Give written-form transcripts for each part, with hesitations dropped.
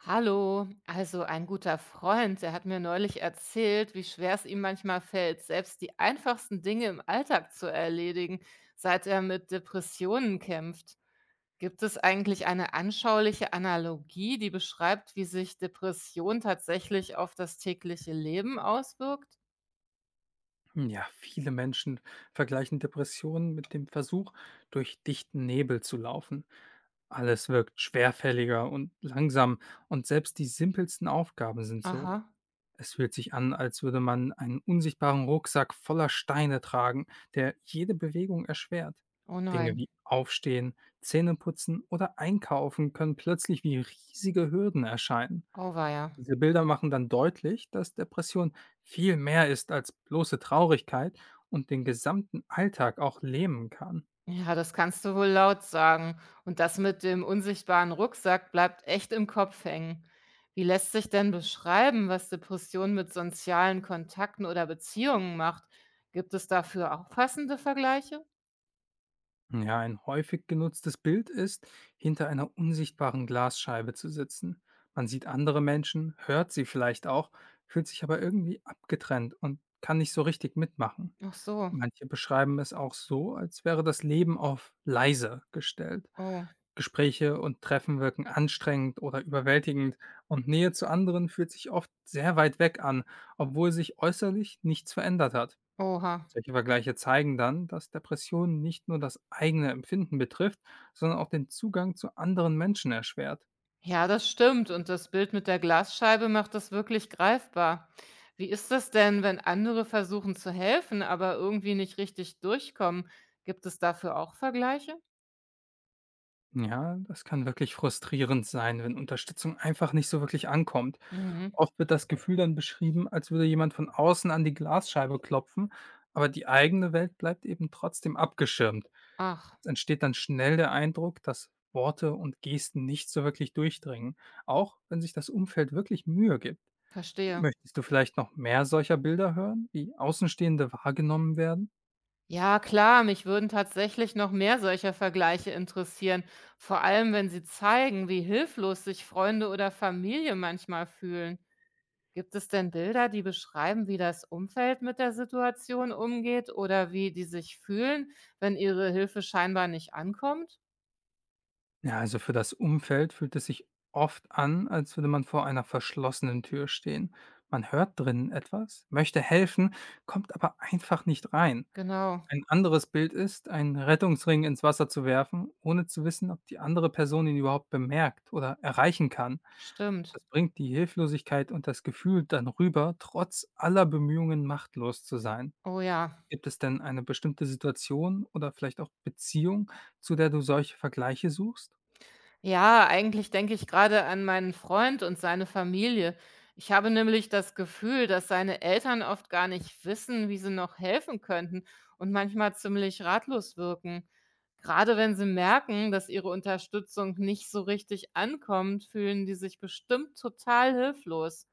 Hallo, also ein guter Freund, der hat mir neulich erzählt, wie schwer es ihm manchmal fällt, selbst die einfachsten Dinge im Alltag zu erledigen, seit er mit Depressionen kämpft. Gibt es eigentlich eine anschauliche Analogie, die beschreibt, wie sich Depression tatsächlich auf das tägliche Leben auswirkt? Ja, viele Menschen vergleichen Depressionen mit dem Versuch, durch dichten Nebel zu laufen. Alles wirkt schwerfälliger und langsam und selbst die simpelsten Aufgaben sind so. Aha, Es fühlt sich an, als würde man einen unsichtbaren Rucksack voller Steine tragen, der jede Bewegung erschwert. oh Dinge nein, wie Aufstehen, Zähneputzen oder Einkaufen können plötzlich wie riesige Hürden erscheinen. auweia. Diese Bilder machen dann deutlich, dass Depression viel mehr ist als bloße Traurigkeit und den gesamten Alltag auch lähmen kann. Ja, das kannst du wohl laut sagen. Und das mit dem unsichtbaren Rucksack bleibt echt im Kopf hängen. Wie lässt sich denn beschreiben, was Depression mit sozialen Kontakten oder Beziehungen macht? Gibt es dafür auch passende Vergleiche? Ja, ein häufig genutztes Bild ist, hinter einer unsichtbaren Glasscheibe zu sitzen. Man sieht andere Menschen, hört sie vielleicht auch, fühlt sich aber irgendwie abgetrennt und kann nicht so richtig mitmachen. Ach so. Manche beschreiben es auch so, als wäre das Leben auf leise gestellt. Oh, Gespräche und Treffen wirken anstrengend oder überwältigend und Nähe zu anderen fühlt sich oft sehr weit weg an, obwohl sich äußerlich nichts verändert hat. oha. Solche Vergleiche zeigen dann, dass Depression nicht nur das eigene Empfinden betrifft, sondern auch den Zugang zu anderen Menschen erschwert. Ja, das stimmt. Und das Bild mit der Glasscheibe macht das wirklich greifbar. Wie ist das denn, wenn andere versuchen zu helfen, aber irgendwie nicht richtig durchkommen? Gibt es dafür auch Vergleiche? Ja, das kann wirklich frustrierend sein, wenn Unterstützung einfach nicht so wirklich ankommt. Mhm. Oft wird das Gefühl dann beschrieben, als würde jemand von außen an die Glasscheibe klopfen, aber die eigene Welt bleibt eben trotzdem abgeschirmt. Ach, Es entsteht dann schnell der Eindruck, dass Worte und Gesten nicht so wirklich durchdringen, auch wenn sich das Umfeld wirklich Mühe gibt. verstehe. Möchtest du vielleicht noch mehr solcher Bilder hören, wie Außenstehende wahrgenommen werden? Ja, klar, mich würden tatsächlich noch mehr solcher Vergleiche interessieren, vor allem wenn sie zeigen, wie hilflos sich Freunde oder Familie manchmal fühlen. Gibt es denn Bilder, die beschreiben, wie das Umfeld mit der Situation umgeht oder wie die sich fühlen, wenn ihre Hilfe scheinbar nicht ankommt? Ja, also für das Umfeld fühlt es sich oft an, als würde man vor einer verschlossenen Tür stehen. Man hört drinnen etwas, möchte helfen, kommt aber einfach nicht rein. Genau, Ein anderes Bild ist, einen Rettungsring ins Wasser zu werfen, ohne zu wissen, ob die andere Person ihn überhaupt bemerkt oder erreichen kann. stimmt. Das bringt die Hilflosigkeit und das Gefühl dann rüber, trotz aller Bemühungen machtlos zu sein. Oh ja. Gibt es denn eine bestimmte Situation oder vielleicht auch Beziehung, zu der du solche Vergleiche suchst? Ja, eigentlich denke ich gerade an meinen Freund und seine Familie. Ich habe nämlich das Gefühl, dass seine Eltern oft gar nicht wissen, wie sie noch helfen könnten und manchmal ziemlich ratlos wirken. Gerade wenn sie merken, dass ihre Unterstützung nicht so richtig ankommt, fühlen die sich bestimmt total hilflos.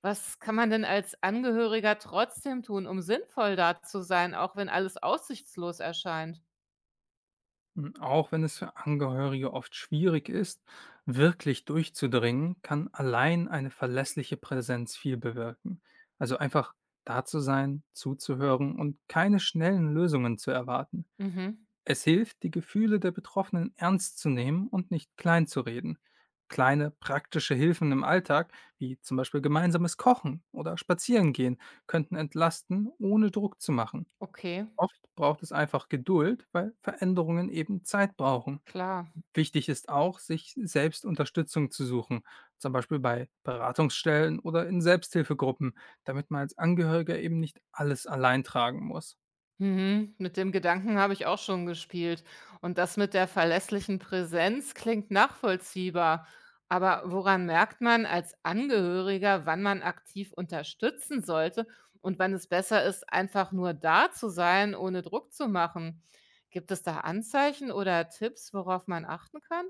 Was kann man denn als Angehöriger trotzdem tun, um sinnvoll da zu sein, auch wenn alles aussichtslos erscheint? Auch wenn es für Angehörige oft schwierig ist, wirklich durchzudringen, kann allein eine verlässliche Präsenz viel bewirken. Also einfach da zu sein, zuzuhören und keine schnellen Lösungen zu erwarten. Mhm, Es hilft, die Gefühle der Betroffenen ernst zu nehmen und nicht klein zu reden. Kleine praktische Hilfen im Alltag, wie zum Beispiel gemeinsames Kochen oder Spazierengehen, könnten entlasten, ohne Druck zu machen. okay, Oft braucht es einfach Geduld, weil Veränderungen eben Zeit brauchen. klar. Wichtig ist auch, sich selbst Unterstützung zu suchen, zum Beispiel bei Beratungsstellen oder in Selbsthilfegruppen, damit man als Angehöriger eben nicht alles allein tragen muss. Mhm, mit dem Gedanken habe ich auch schon gespielt. Und das mit der verlässlichen Präsenz klingt nachvollziehbar. Aber woran merkt man als Angehöriger, wann man aktiv unterstützen sollte und wann es besser ist, einfach nur da zu sein, ohne Druck zu machen? Gibt es da Anzeichen oder Tipps, worauf man achten kann?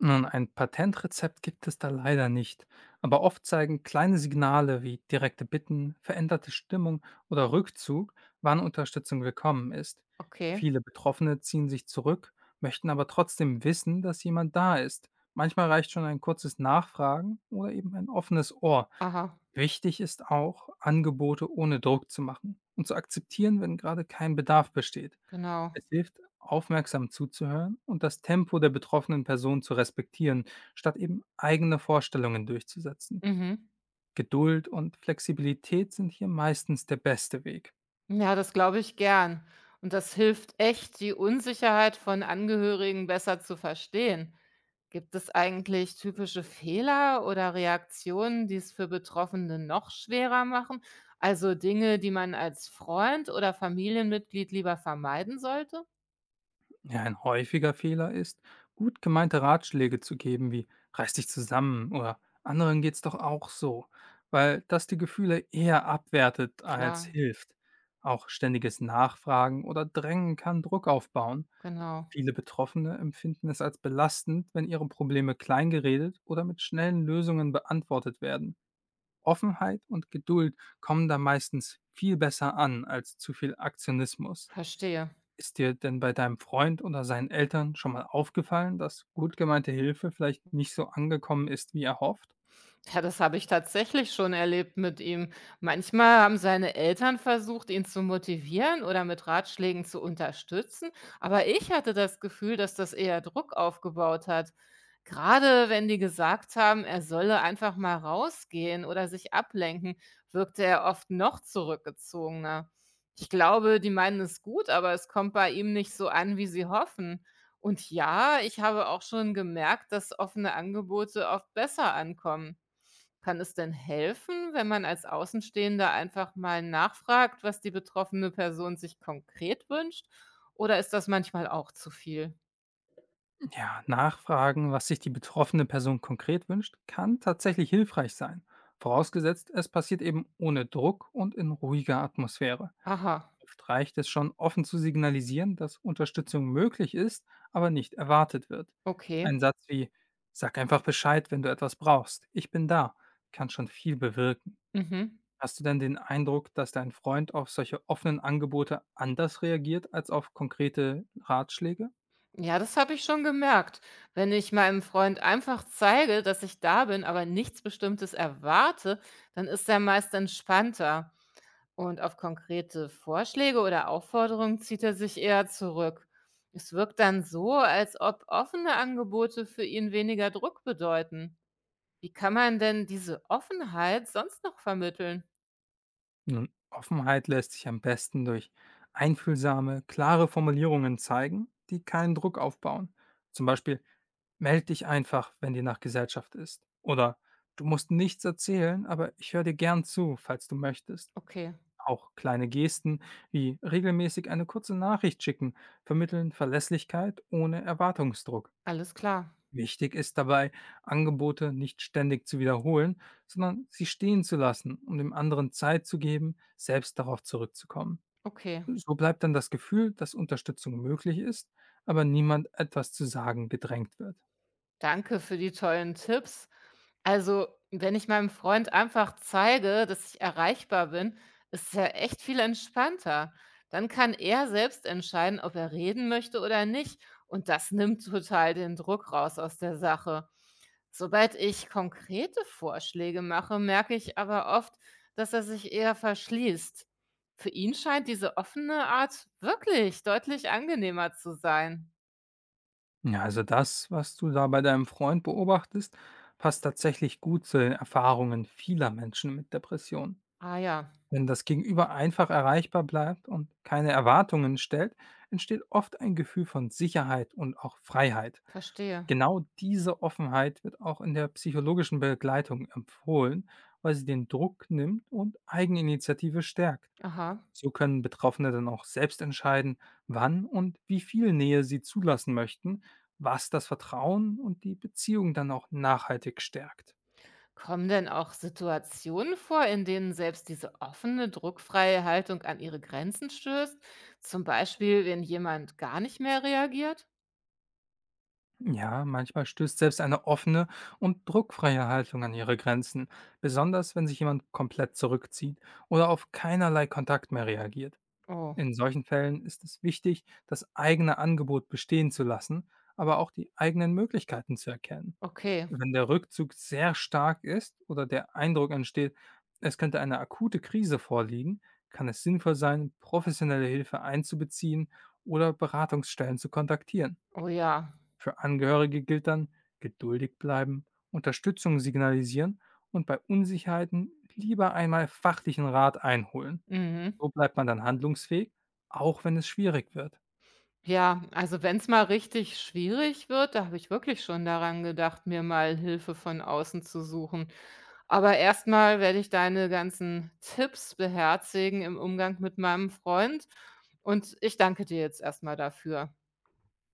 Nun, ein Patentrezept gibt es da leider nicht, aber oft zeigen kleine Signale wie direkte Bitten, veränderte Stimmung oder Rückzug, wann Unterstützung willkommen ist. Okay, Viele Betroffene ziehen sich zurück, möchten aber trotzdem wissen, dass jemand da ist. Manchmal reicht schon ein kurzes Nachfragen oder eben ein offenes Ohr. aha, Wichtig ist auch, Angebote ohne Druck zu machen und zu akzeptieren, wenn gerade kein Bedarf besteht. genau. Es hilft, aufmerksam zuzuhören und das Tempo der betroffenen Person zu respektieren, statt eben eigene Vorstellungen durchzusetzen. Mhm. Geduld und Flexibilität sind hier meistens der beste Weg. Ja, das glaube ich gern. Und das hilft echt, die Unsicherheit von Angehörigen besser zu verstehen. Gibt es eigentlich typische Fehler oder Reaktionen, die es für Betroffene noch schwerer machen? Also Dinge, die man als Freund oder Familienmitglied lieber vermeiden sollte? Ja, ein häufiger Fehler ist, gut gemeinte Ratschläge zu geben, wie reiß dich zusammen oder anderen geht's doch auch so, weil das die Gefühle eher abwertet als Klar, hilft. Auch ständiges Nachfragen oder Drängen kann Druck aufbauen. genau. Viele Betroffene empfinden es als belastend, wenn ihre Probleme kleingeredet oder mit schnellen Lösungen beantwortet werden. Offenheit und Geduld kommen da meistens viel besser an als zu viel Aktionismus. Verstehe. Ist dir denn bei deinem Freund oder seinen Eltern schon mal aufgefallen, dass gut gemeinte Hilfe vielleicht nicht so angekommen ist, wie erhofft? Ja, das habe ich tatsächlich schon erlebt mit ihm. Manchmal haben seine Eltern versucht, ihn zu motivieren oder mit Ratschlägen zu unterstützen, aber ich hatte das Gefühl, dass das eher Druck aufgebaut hat. Gerade wenn die gesagt haben, er solle einfach mal rausgehen oder sich ablenken, wirkte er oft noch zurückgezogener. Ich glaube, die meinen es gut, aber es kommt bei ihm nicht so an, wie sie hoffen. Und ja, ich habe auch schon gemerkt, dass offene Angebote oft besser ankommen. Kann es denn helfen, wenn man als Außenstehender einfach mal nachfragt, was die betroffene Person sich konkret wünscht? Oder ist das manchmal auch zu viel? Ja, nachfragen, was sich die betroffene Person konkret wünscht, kann tatsächlich hilfreich sein. Vorausgesetzt, es passiert eben ohne Druck und in ruhiger Atmosphäre. Aha, Oft reicht es schon, offen zu signalisieren, dass Unterstützung möglich ist, aber nicht erwartet wird. okay. Ein Satz wie Sag einfach Bescheid, wenn du etwas brauchst. Ich bin da, kann schon viel bewirken. Mhm. Hast du denn den Eindruck, dass dein Freund auf solche offenen Angebote anders reagiert als auf konkrete Ratschläge? Ja, das habe ich schon gemerkt. Wenn ich meinem Freund einfach zeige, dass ich da bin, aber nichts Bestimmtes erwarte, dann ist er meist entspannter. Und auf konkrete Vorschläge oder Aufforderungen zieht er sich eher zurück. Es wirkt dann so, als ob offene Angebote für ihn weniger Druck bedeuten. Wie kann man denn diese Offenheit sonst noch vermitteln? Nun, Offenheit lässt sich am besten durch einfühlsame, klare Formulierungen zeigen, die keinen Druck aufbauen. Zum Beispiel, meld dich einfach, wenn dir nach Gesellschaft ist. Oder du musst nichts erzählen, aber ich höre dir gern zu, falls du möchtest. Okay, Auch kleine Gesten wie regelmäßig eine kurze Nachricht schicken vermitteln Verlässlichkeit ohne Erwartungsdruck. alles klar. Wichtig ist dabei, Angebote nicht ständig zu wiederholen, sondern sie stehen zu lassen, um dem anderen Zeit zu geben, selbst darauf zurückzukommen. Okay, So bleibt dann das Gefühl, dass Unterstützung möglich ist, aber niemand etwas zu sagen gedrängt wird. danke für die tollen Tipps. Also, wenn ich meinem Freund einfach zeige, dass ich erreichbar bin, ist es ja echt viel entspannter. Dann kann er selbst entscheiden, ob er reden möchte oder nicht. Und das nimmt total den Druck raus aus der Sache. Sobald ich konkrete Vorschläge mache, merke ich aber oft, dass er sich eher verschließt. Für ihn scheint diese offene Art wirklich deutlich angenehmer zu sein. Ja, also das, was du da bei deinem Freund beobachtest, passt tatsächlich gut zu den Erfahrungen vieler Menschen mit Depressionen. Ah ja, Wenn das Gegenüber einfach erreichbar bleibt und keine Erwartungen stellt, entsteht oft ein Gefühl von Sicherheit und auch Freiheit. verstehe. Genau diese Offenheit wird auch in der psychologischen Begleitung empfohlen, weil sie den Druck nimmt und Eigeninitiative stärkt. Aha. So können Betroffene dann auch selbst entscheiden, wann und wie viel Nähe sie zulassen möchten, was das Vertrauen und die Beziehung dann auch nachhaltig stärkt. Kommen denn auch Situationen vor, in denen selbst diese offene, druckfreie Haltung an ihre Grenzen stößt? Zum Beispiel, wenn jemand gar nicht mehr reagiert? Ja, manchmal stößt selbst eine offene und druckfreie Haltung an ihre Grenzen, besonders wenn sich jemand komplett zurückzieht oder auf keinerlei Kontakt mehr reagiert. Oh, In solchen Fällen ist es wichtig, das eigene Angebot bestehen zu lassen, aber auch die eigenen Möglichkeiten zu erkennen. okay. Wenn der Rückzug sehr stark ist oder der Eindruck entsteht, es könnte eine akute Krise vorliegen, kann es sinnvoll sein, professionelle Hilfe einzubeziehen oder Beratungsstellen zu kontaktieren. Oh ja. Für Angehörige gilt dann, geduldig bleiben, Unterstützung signalisieren und bei Unsicherheiten lieber einmal fachlichen Rat einholen. Mhm. So bleibt man dann handlungsfähig, auch wenn es schwierig wird. Ja, also wenn es mal richtig schwierig wird, da habe ich wirklich schon daran gedacht, mir mal Hilfe von außen zu suchen. Aber erstmal werde ich deine ganzen Tipps beherzigen im Umgang mit meinem Freund. Und ich danke dir jetzt erstmal dafür.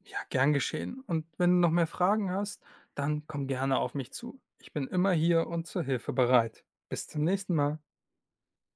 Ja, gern geschehen. Und wenn du noch mehr Fragen hast, dann komm gerne auf mich zu. Ich bin immer hier und zur Hilfe bereit. Bis zum nächsten Mal.